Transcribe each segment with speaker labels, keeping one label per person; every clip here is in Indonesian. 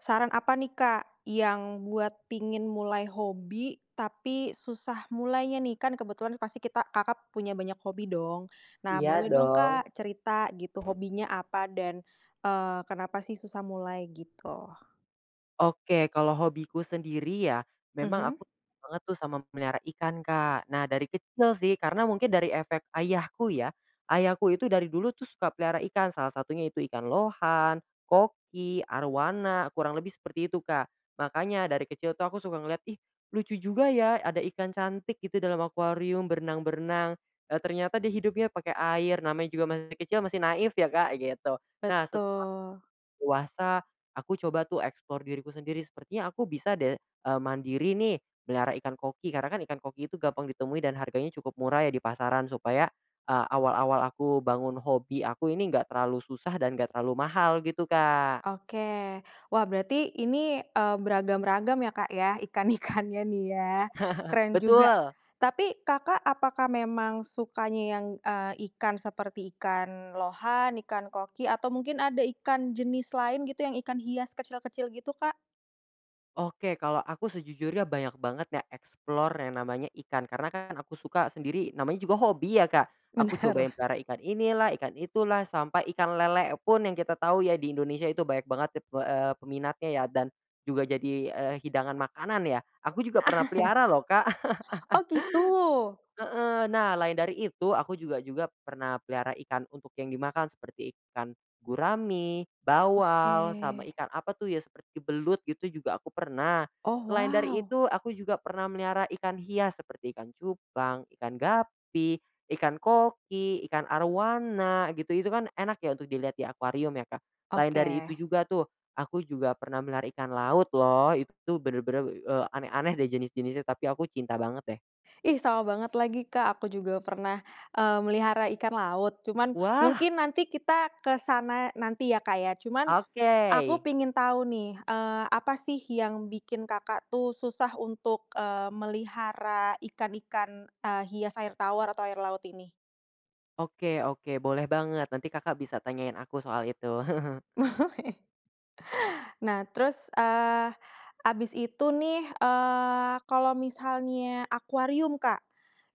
Speaker 1: Saran apa nih Kak, yang buat pingin mulai hobi, tapi susah mulainya nih? Kan kebetulan pasti Kakak punya banyak hobi dong. Nah
Speaker 2: Iya
Speaker 1: boleh dong
Speaker 2: dong.
Speaker 1: Kak cerita gitu hobinya apa dan kenapa sih susah mulai gitu?
Speaker 2: Oke, kalau hobiku sendiri ya, memang
Speaker 1: Mhm,
Speaker 2: aku suka banget tuh sama memelihara ikan, Kak. Nah, dari kecil sih, karena mungkin dari efek ayahku ya. Ayahku itu dari dulu tuh suka pelihara ikan, salah satunya itu ikan lohan, koki, arwana, kurang lebih seperti itu, Kak. Makanya dari kecil tuh aku suka ngeliat, ih lucu juga ya ada ikan cantik gitu dalam akuarium berenang-berenang. Ternyata dia hidupnya pakai air, namanya juga masih kecil, masih naif ya, Kak, gitu. Nah set
Speaker 1: betul.
Speaker 2: Dewasa, aku coba tuh eksplor diriku sendiri, sepertinya aku bisa deh, mandiri nih melihara ikan koki, karena kan ikan koki itu gampang ditemui dan harganya cukup murah ya di pasaran supaya, awal-awal aku bangun hobi aku ini nggak terlalu susah dan nggak terlalu mahal gitu, Kak.
Speaker 1: Oke. Wah berarti ini, beragam-ragam ya, Kak, ya, ikan-ikannya nih ya, keren juga.
Speaker 2: Betul.
Speaker 1: Tapi Kakak apakah memang sukanya yang, ikan seperti ikan lohan, ikan koki, atau mungkin ada ikan jenis lain gitu yang ikan hias kecil-kecil gitu, Kak?
Speaker 2: Oke, kalau aku sejujurnya banyak banget ya explore yang namanya ikan, karena kan aku suka sendiri namanya juga hobi ya, Kak. Aku
Speaker 1: Bener.
Speaker 2: cobain pelihara ikan inilah, ikan itulah, sampai ikan lele pun yang kita tahu ya di Indonesia itu banyak banget ya peminatnya ya dan juga jadi hidangan makanan ya. Aku juga pernah pelihara loh, Kak.
Speaker 1: Oh gitu?
Speaker 2: Heeh. Nah, lain dari itu, aku juga juga pernah pelihara ikan untuk yang dimakan seperti ikan gurami,
Speaker 1: Oke.
Speaker 2: bawal, sama ikan apa tuh ya, seperti belut gitu juga aku pernah.
Speaker 1: Oh
Speaker 2: Selain dari
Speaker 1: wow,
Speaker 2: itu, aku juga pernah melihara ikan hias seperti ikan cupang, ikan gapi, ikan koki, ikan arwana gitu. Itu kan enak ya untuk dilihat di akuarium ya, Kak. Lain
Speaker 1: oke.
Speaker 2: dari itu juga tuh, aku juga pernah melihara ikan laut loh. Itu tuh bener-bener, aneh-aneh deh jenis-jenisnya, tapi aku cinta banget deh.
Speaker 1: Ih, sama banget lagi, Kak, aku juga pernah, melihara ikan laut, cuman
Speaker 2: Wah.
Speaker 1: mungkin nanti kita ke sana nanti ya, Kak, ya. Cuman
Speaker 2: Oke.
Speaker 1: aku pengen tahu nih, apa sih yang bikin Kakak tuh susah untuk, melihara ikan-ikan, hias air tawar atau air laut ini?
Speaker 2: Oke oke, boleh banget. Nanti Kakak bisa tanyain aku soal itu.
Speaker 1: Nah, terus, habis itu nih, kalau misalnya akuarium, Kak,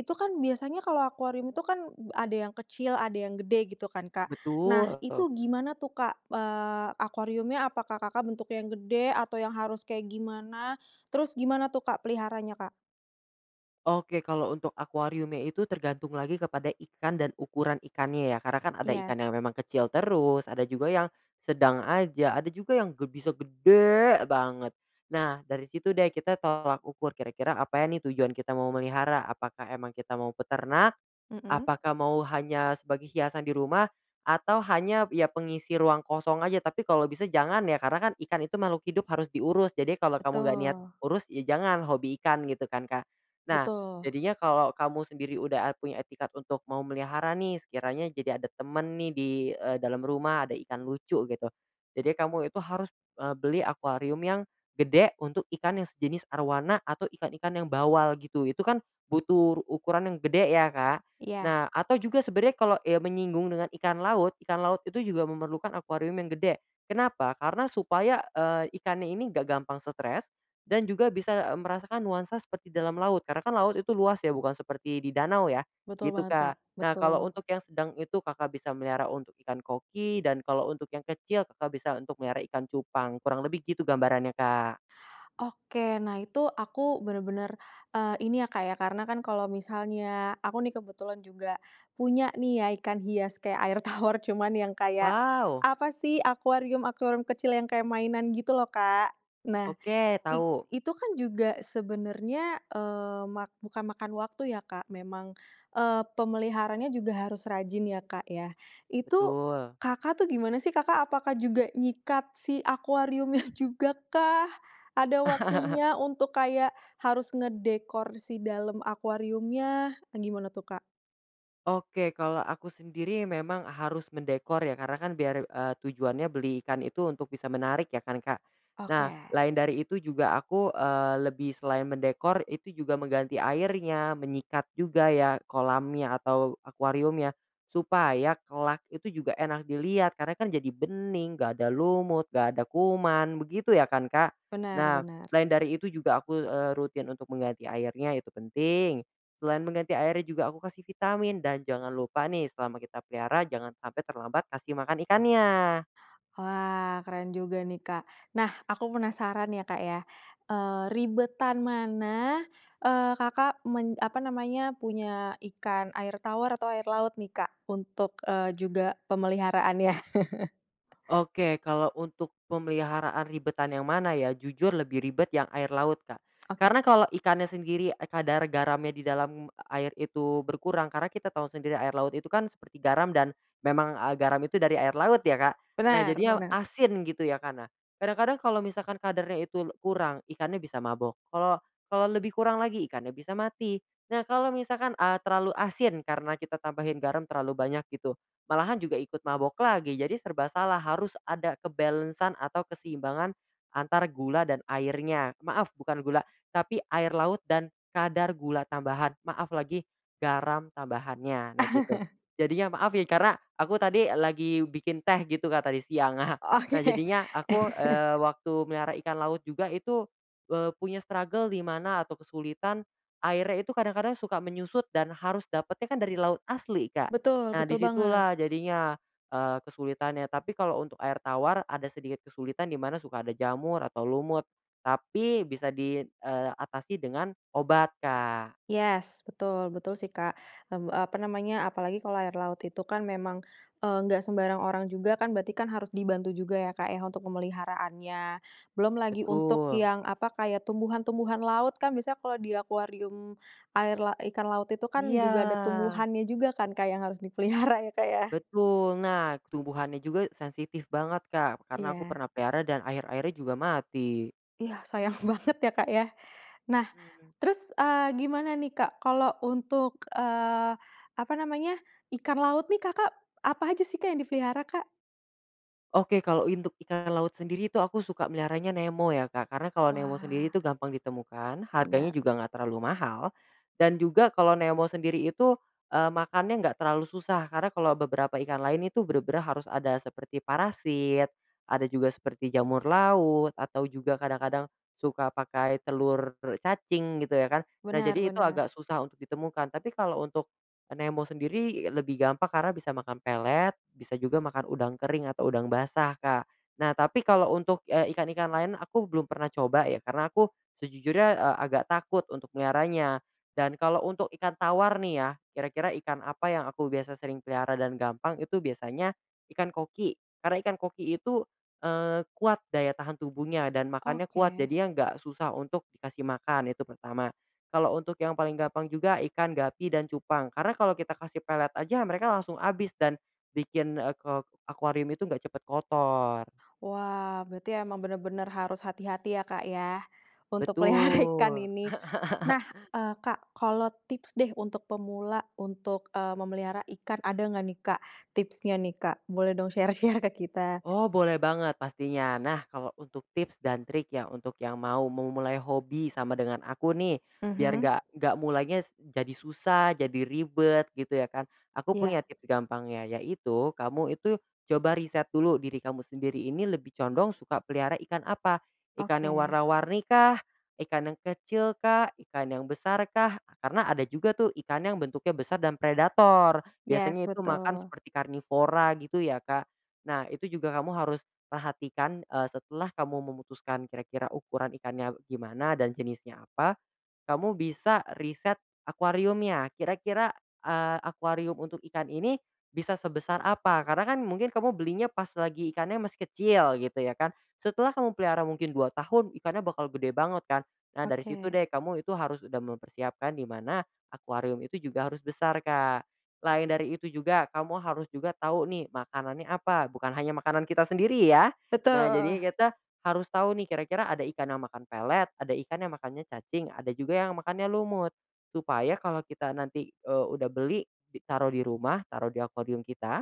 Speaker 1: itu kan biasanya kalau akuarium itu kan ada yang kecil, ada yang gede gitu kan, Kak. Nah,
Speaker 2: Betul.
Speaker 1: itu gimana tuh, Kak, akuariumnya apakah Kakak bentuk yang gede atau yang harus kayak gimana? Terus gimana tuh, Kak, peliharanya, Kak?
Speaker 2: Oke, kalau untuk akuariumnya itu tergantung lagi kepada ikan dan ukuran ikannya ya. Karena kan ada ikan yang
Speaker 1: Yes,
Speaker 2: memang kecil terus, ada juga yang sedang aja, ada juga yang bisa gede banget. Nah, dari situ deh kita tolak ukur kira-kira apa ya nih tujuan kita mau melihara, apakah emang kita mau peternak.
Speaker 1: mhm,
Speaker 2: Apakah mau hanya sebagai hiasan di rumah atau hanya ya pengisi ruang kosong aja, tapi kalau bisa jangan ya, karena kan ikan itu makhluk hidup harus diurus. Jadi kalau kamu nggak niat
Speaker 1: betul
Speaker 2: urus, ya jangan hobi ikan gitu kan, Kak. Nah,
Speaker 1: betul,
Speaker 2: jadinya kalau kamu sendiri udah punya etikat untuk mau melihara nih, sekiranya jadi ada temen nih di, dalam rumah, ada ikan lucu gitu. Jadi kamu itu harus, beli akuarium yang gede untuk ikan yang sejenis arwana atau ikan-ikan yang bawal gitu. Itu kan butuh ukuran yang gede ya, Kak.
Speaker 1: iya,
Speaker 2: Nah, atau juga sebenarnya kalau, ya menyinggung dengan ikan laut itu juga memerlukan akuarium yang gede. Kenapa? Karena supaya, ikannya ini gak gampang stres dan juga bisa, merasakan nuansa seperti dalam laut. Karena kan laut itu luas ya, bukan seperti di danau ya,
Speaker 1: betul
Speaker 2: gitu,
Speaker 1: banget, Kak,
Speaker 2: Kak. Nah,
Speaker 1: betul.
Speaker 2: kalau untuk yang sedang itu Kakak bisa melihara untuk ikan koki dan kalau untuk yang kecil Kakak bisa untuk melihara ikan cupang, kurang lebih gitu gambarannya, Kak.
Speaker 1: Oke, nah itu aku bener-bener, ini ya, Kak, ya, karena kan kalau misalnya aku nih kebetulan juga punya nih ya ikan hias kayak air tawar cuman yang kayak,
Speaker 2: Wow,
Speaker 1: apa sih, akuarium-akuarium kecil yang kayak mainan gitu loh, Kak. Nah
Speaker 2: oke,
Speaker 1: I
Speaker 2: tahu,
Speaker 1: itu kan juga sebenarnya, eee, mak bukan makan waktu ya, Kak, memang, pemeliharaannya juga harus rajin ya, Kak, ya. Itu
Speaker 2: betul.
Speaker 1: Kakak tuh gimana sih, Kakak apakah juga nyikat si akuariumnya juga kah? Ada waktunya untuk kayak harus ngedekor si dalam akuariumnya? Gimana tuh, Kak?
Speaker 2: Oke, kalau aku sendiri memang harus mendekor ya, karena kan biar, tujuannya beli ikan itu untuk bisa menarik ya kan, Kak.
Speaker 1: Oke,
Speaker 2: Nah, lain dari itu juga aku, lebih selain mendekor itu juga mengganti airnya, menyikat juga ya kolamnya atau akuariumnya, supaya kelak itu juga enak dilihat karena kan jadi bening, nggak ada lumut, nggak ada kuman, begitu ya kan, Kak.
Speaker 1: benar
Speaker 2: Nah,
Speaker 1: benar.
Speaker 2: lain dari itu juga aku, rutin untuk mengganti airnya itu penting. Selain mengganti airnya juga aku kasih vitamin dan jangan lupa nih selama kita pelihara jangan sampai terlambat kasih makan ikannya.
Speaker 1: Wah, keren juga nih, Kak. Nah, aku penasaran ya, Kak, ya. Ribetan mana, Kakak men apa namanya, punya ikan air tawar atau air laut nih, Kak, untuk, juga pemeliharaannya?
Speaker 2: Oke, kalau untuk pemeliharaan ribetan yang mana ya, jujur lebih ribet yang air laut, Kak.
Speaker 1: Oke,
Speaker 2: Karena kalau ikannya sendiri kadar garamnya di dalam air itu berkurang, karena kita tahu sendiri air laut itu kan seperti garam dan memang, garam itu dari air laut ya, Kak. Nah,
Speaker 1: benar
Speaker 2: jadinya
Speaker 1: benar.
Speaker 2: asin gitu ya, karena kadang-kadang kalau misalkan kadarnya itu kurang, ikannya bisa mabok. Kalau kalau lebih kurang lagi, ikannya bisa mati. Nah, kalau misalkan, terlalu asin karena kita tambahin garam terlalu banyak gitu, malahan juga ikut mabok lagi. Jadi serba salah, harus ada kebalansan atau keseimbangan antara gula dan airnya. Maaf, bukan gula, tapi air laut dan kadar gula tambahan. Maaf lagi, garam tambahannya. Nah, gitu. Jadinya maaf ya karena aku tadi lagi bikin teh gitu Kak tadi siang. Nah,
Speaker 1: Oke,
Speaker 2: jadinya aku, waktu melihara ikan laut juga itu, punya struggle di mana atau kesulitan airnya itu kadang-kadang suka menyusut dan harus dapatnya kan dari laut asli, Kak.
Speaker 1: betul
Speaker 2: Nah
Speaker 1: betul banget.
Speaker 2: disitulah jadinya, kesulitannya. Tapi kalau untuk air tawar ada sedikit kesulitan di mana suka ada jamur atau lumut, tapi bisa diatasi dengan obat, Kak.
Speaker 1: Yes, betul betul sih, Kak. Mmm, apa namanya, apalagi kalau air laut itu kan memang, nggak sembarang orang juga kan, berarti kan harus dibantu juga ya, Kak, ya, untuk pemeliharaannya. Belum lagi untuk
Speaker 2: Betul.
Speaker 1: yang, apa, kayak tumbuhan-tumbuhan laut kan biasanya kalau di akuarium air la ikan laut itu kan
Speaker 2: Iya,
Speaker 1: juga ada tumbuhannya juga kan, Kak, yang harus dipelihara ya, Kak, ya?
Speaker 2: betul. Nah tumbuhannya juga sensitif banget, Kak, karena aku
Speaker 1: Iya.
Speaker 2: pernah pelihara dan airnya juga mati.
Speaker 1: Iya, sayang banget ya, Kak, ya. Nah,
Speaker 2: Mhm.
Speaker 1: terus, gimana nih, Kak, kalau untuk, apa namanya, ikan laut nih Kakak apa aja sih, Kak, yang dipelihara, Kak?
Speaker 2: Oke, kalau untuk ikan laut sendiri itu aku suka meliharanya Nemo ya, Kak. Karena kalau Nemo sendiri
Speaker 1: Wah,
Speaker 2: itu gampang ditemukan, harganya
Speaker 1: benar
Speaker 2: juga nggak terlalu mahal, dan juga kalau Nemo sendiri itu, makannya nggak terlalu susah. Karena kalau beberapa ikan lain itu bener-bener harus ada seperti parasit, ada juga seperti jamur laut, atau juga kadang-kadang suka pakai telur cacing gitu ya kan. Nah,
Speaker 1: benar
Speaker 2: jadi itu
Speaker 1: benar.
Speaker 2: agak susah untuk ditemukan. Tapi kalau untuk Nemo sendiri lebih gampang karena bisa makan pelet, bisa juga makan udang kering atau udang basah, Kak. Nah, tapi kalau untuk, ikan-ikan lain aku belum pernah coba ya, karena aku sejujurnya, agak takut untuk meliharanya. Dan kalau untuk ikan tawar nih ya, kira-kira ikan apa yang aku biasa sering pelihara dan gampang itu biasanya ikan koki. Karena ikan koki itu, kuat daya tahan tubuhnya dan makannya kuat,
Speaker 1: Oke.
Speaker 2: jadi yang nggak susah untuk dikasih makan, itu pertama. Kalau untuk yang paling gampang juga ikan gapi dan cupang. Karena kalau kita kasih pelet aja mereka langsung habis dan bikin, ke akuarium itu nggak cepet kotor.
Speaker 1: Wah, berarti emang bener-bener harus hati-hati ya, Kak, ya, untuk pelihara ikan
Speaker 2: Betul.
Speaker 1: ini. Nah, Kak, kalau tips deh untuk pemula untuk, memelihara ikan ada nggak nih, Kak, tipsnya nih, Kak? Boleh dong share-share ke kita?
Speaker 2: Oh, boleh banget pastinya. Nah, kalau untuk tips dan trik ya untuk yang mau memulai hobi sama dengan aku nih, biar
Speaker 1: Mhm,
Speaker 2: nggak jadi susah, jadi ribet gitu ya kan. Aku
Speaker 1: iya,
Speaker 2: punya tips gampangnya, yaitu kamu itu coba riset dulu diri kamu sendiri ini lebih condong suka pelihara ikan apa? Ikan
Speaker 1: oke.
Speaker 2: yang warna-warni kah? Ikan yang kecil kah? Ikan yang besar kah? Karena ada juga tuh ikan yang bentuknya besar dan predator.
Speaker 1: Yes,
Speaker 2: Biasanya itu makan
Speaker 1: betul.
Speaker 2: seperti karnivora gitu ya kan. Nah, itu juga kamu harus perhatikan, setelah kamu memutuskan kira-kira ukuran ikannya gimana dan jenisnya apa, kamu bisa riset akuariumnya, kira-kira, akuarium untuk ikan ini bisa sebesar apa? Karena kan mungkin kamu belinya pas lagi ikannya masih kecil gitu ya kan, setelah kamu pelihara mungkin 2 tahun ikannya bakal gede banget kan. Nah dari situ
Speaker 1: Oke.
Speaker 2: deh kamu itu harus udah mempersiapkan di mana akuarium itu juga harus besar, Kak. Lain dari itu juga kamu harus juga tahu nih makanannya apa, bukan hanya makanan kita sendiri ya. Nah jadinya
Speaker 1: Betul,
Speaker 2: kita harus tahu nih kira-kira ada ikan yang makan pelet, ada ikan yang makannya cacing, ada juga yang makannya lumut. Supaya kalau kita nanti, udah beli, di taruh di rumah, taruh di akuarium kita,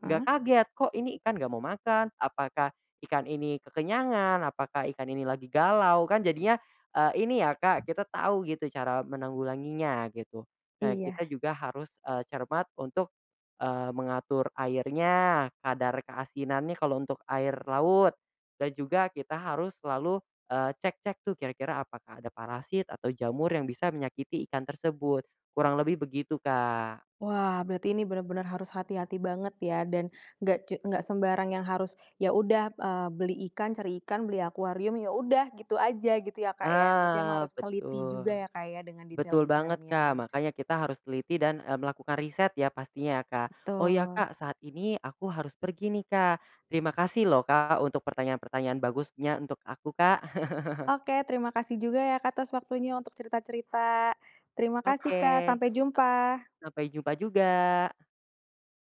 Speaker 2: nggak kaget, "Kok ini ikan nggak mau makan? Apakah ikan ini kekenyangan? Apakah ikan ini lagi galau?" Kan jadinya, ini ya, Kak, kita tahu gitu cara menanggulanginya gitu. Nah, kita
Speaker 1: Iya.
Speaker 2: juga harus, cermat untuk, mengatur airnya, kadar keasinannya kalau untuk air laut, dan juga kita harus selalu, cek-cek tuh kira-kira apakah ada parasit atau jamur yang bisa menyakiti ikan tersebut. Kurang lebih begitu, Kak.
Speaker 1: Wah, berarti ini benar-benar harus hati-hati banget ya dan nggak sembarang yang harus, ya udah, beli ikan, cari ikan, beli akuarium, ya udah gitu aja gitu ya, Kak, ya. Berarti emang
Speaker 2: Ah,
Speaker 1: harus teliti
Speaker 2: betul.
Speaker 1: juga ya, Kak, ya dengan
Speaker 2: Betul banget, Kak.
Speaker 1: detail-detailnya.
Speaker 2: Makanya kita harus teliti dan, melakukan riset ya pastinya ya, Kak. "Oh ya,
Speaker 1: Betul.
Speaker 2: Kak, saat ini aku harus pergi nih, Kak. Terima kasih loh, Kak, untuk pertanyaan-pertanyaan bagusnya untuk aku, Kak."
Speaker 1: Oke, terima kasih juga ya, Kak, atas waktunya untuk cerita-cerita. Terima kasih,
Speaker 2: Oke,
Speaker 1: Kak, sampai jumpa.
Speaker 2: sampai jumpa juga.